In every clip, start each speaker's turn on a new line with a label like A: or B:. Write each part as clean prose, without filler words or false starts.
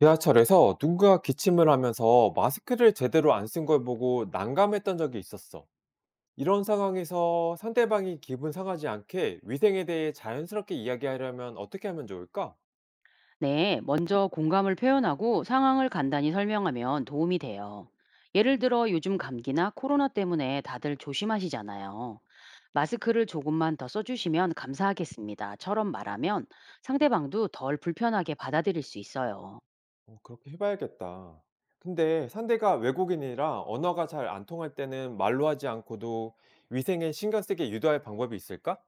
A: 지하철에서 누군가 기침을 하면서 마스크를 제대로 안 쓴 걸 보고 난감했던 적이 있었어. 이런 상황에서 상대방이 기분 상하지 않게 위생에 대해 자연스럽게 이야기하려면 어떻게 하면 좋을까?
B: 네, 먼저 공감을 표현하고 상황을 간단히 설명하면 도움이 돼요. 예를 들어 요즘 감기나 코로나 때문에 다들 조심하시잖아요. 마스크를 조금만 더 써주시면 감사하겠습니다처럼 말하면 상대방도 덜 불편하게 받아들일 수 있어요.
A: 어, 그렇게 해봐야겠다. 근데 상대가 외국인이라 언어가 잘 안 통할 때는 말로 하지 않고도 위생에 신경 쓰게 유도할 방법이 있을까?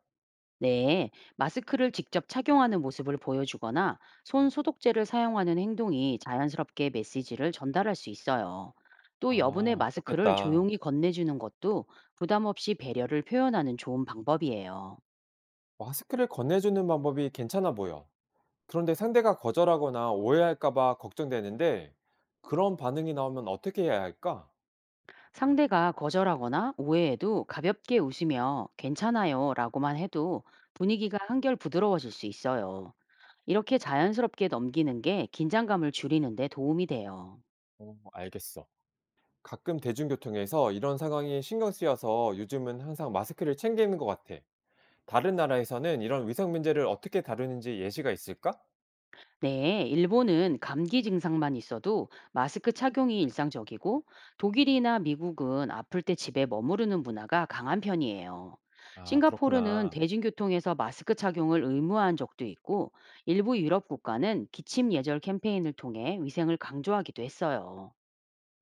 B: 네, 마스크를 직접 착용하는 모습을 보여주거나 손 소독제를 사용하는 행동이 자연스럽게 메시지를 전달할 수 있어요. 또
A: 아,
B: 여분의 마스크를
A: 그렇겠다.
B: 조용히 건네주는 것도 부담 없이 배려를 표현하는 좋은 방법이에요.
A: 마스크를 건네주는 방법이 괜찮아 보여. 그런데 상대가 거절하거나 오해할까 봐 걱정되는데 그런 반응이 나오면 어떻게 해야 할까?
B: 상대가 거절하거나 오해해도 가볍게 웃으며 괜찮아요 라고만 해도 분위기가 한결 부드러워질 수 있어요. 이렇게 자연스럽게 넘기는 게 긴장감을 줄이는 데 도움이 돼요.
A: 어, 알겠어. 가끔 대중교통에서 이런 상황이 신경 쓰여서 요즘은 항상 마스크를 챙기는 것 같아. 다른 나라에서는 이런 위생 문제를 어떻게 다루는지 예시가 있을까?
B: 네, 일본은 감기 증상만 있어도 마스크 착용이 일상적이고 독일이나 미국은 아플 때 집에 머무르는 문화가 강한 편이에요.
A: 아,
B: 싱가포르는
A: 그렇구나.
B: 대중교통에서 마스크 착용을 의무화한 적도 있고 일부 유럽 국가는 기침 예절 캠페인을 통해 위생을 강조하기도 했어요.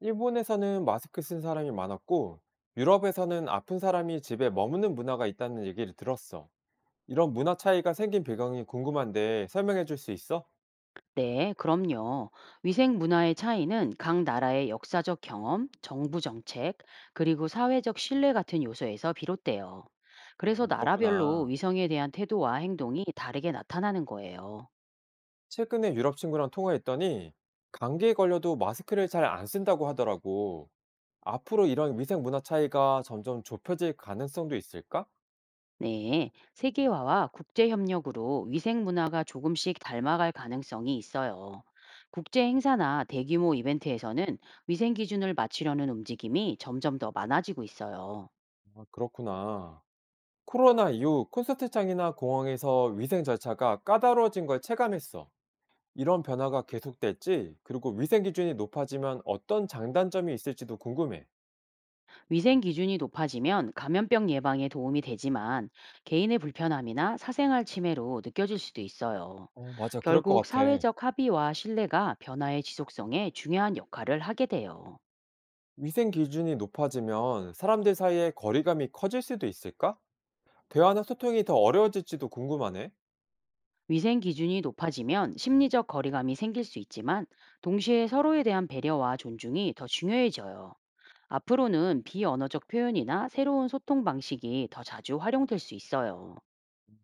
A: 일본에서는 마스크 쓴 사람이 많았고, 유럽에서는 아픈 사람이 집에 머무는 문화가 있다는 얘기를 들었어. 이런 문화 차이가 생긴 배경이 궁금한데 설명해 줄 수 있어?
B: 네, 그럼요. 위생 문화의 차이는 각 나라의 역사적 경험, 정부 정책, 그리고 사회적 신뢰 같은 요소에서 비롯돼요. 그래서
A: 아,
B: 나라별로
A: 그렇구나.
B: 위성에 대한 태도와 행동이 다르게 나타나는 거예요.
A: 최근에 유럽 친구랑 통화했더니 감기에 걸려도 마스크를 잘 안 쓴다고 하더라고. 앞으로 이런 위생 문화 차이가 점점 좁혀질 가능성도 있을까?
B: 네, 세계화와 국제 협력으로 위생 문화가 조금씩 닮아갈 가능성이 있어요. 국제 행사나 대규모 이벤트에서는 위생 기준을 맞추려는 움직임이 점점 더 많아지고 있어요.
A: 아, 그렇구나. 코로나 이후 콘서트장이나 공항에서 위생 절차가 까다로워진 걸 체감했어. 이런 변화가 계속될지, 그리고 위생 기준이 높아지면 어떤 장단점이 있을지도 궁금해.
B: 위생 기준이 높아지면 감염병 예방에 도움이 되지만 개인의 불편함이나 사생활 침해로 느껴질 수도 있어요.
A: 어, 맞아. 그럴 것
B: 결국
A: 같아.
B: 사회적 합의와 신뢰가 변화의 지속성에 중요한 역할을 하게 돼요.
A: 위생 기준이 높아지면 사람들 사이에 거리감이 커질 수도 있을까? 대화나 소통이 더 어려워질지도 궁금하네.
B: 위생 기준이 높아지면 심리적 거리감이 생길 수 있지만 동시에 서로에 대한 배려와 존중이 더 중요해져요. 앞으로는 비언어적 표현이나 새로운 소통 방식이 더 자주 활용될 수 있어요.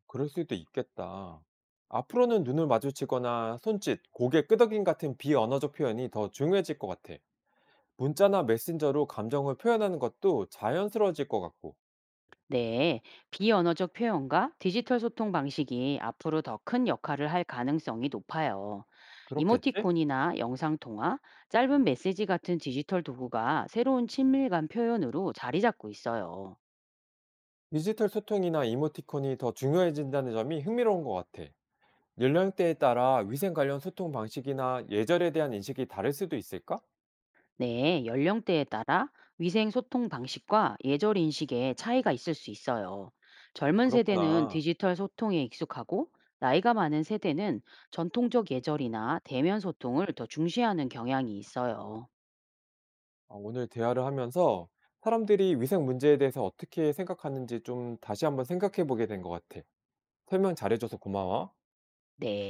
A: 그럴 수도 있겠다. 앞으로는 눈을 마주치거나 손짓, 고개 끄덕임 같은 비언어적 표현이 더 중요해질 것 같아. 문자나 메신저로 감정을 표현하는 것도 자연스러워질 것 같고.
B: 네, 비언어적 표현과 디지털 소통 방식이 앞으로 더 큰 역할을 할 가능성이 높아요.
A: 그렇겠지?
B: 이모티콘이나 영상 통화, 짧은 메시지 같은 디지털 도구가 새로운 친밀감 표현으로 자리 잡고 있어요.
A: 디지털 소통이나 이모티콘이 더 중요해진다는 점이 흥미로운 것 같아. 연령대에 따라 위생 관련 소통 방식이나 예절에 대한 인식이 다를 수도 있을까?
B: 네, 연령대에 따라 위생 소통 방식과 예절 인식의 차이가 있을 수 있어요.
A: 아,
B: 젊은 세대는
A: 그렇구나.
B: 디지털 소통에 익숙하고 나이가 많은 세대는 전통적 예절이나 대면 소통을 더 중시하는 경향이 있어요.
A: 어, 오늘 대화를 하면서 사람들이 위생 문제에 대해서 어떻게 생각하는지 좀 다시 한번 생각해 보게 된 것 같아. 설명 잘해줘서 고마워.
B: 네.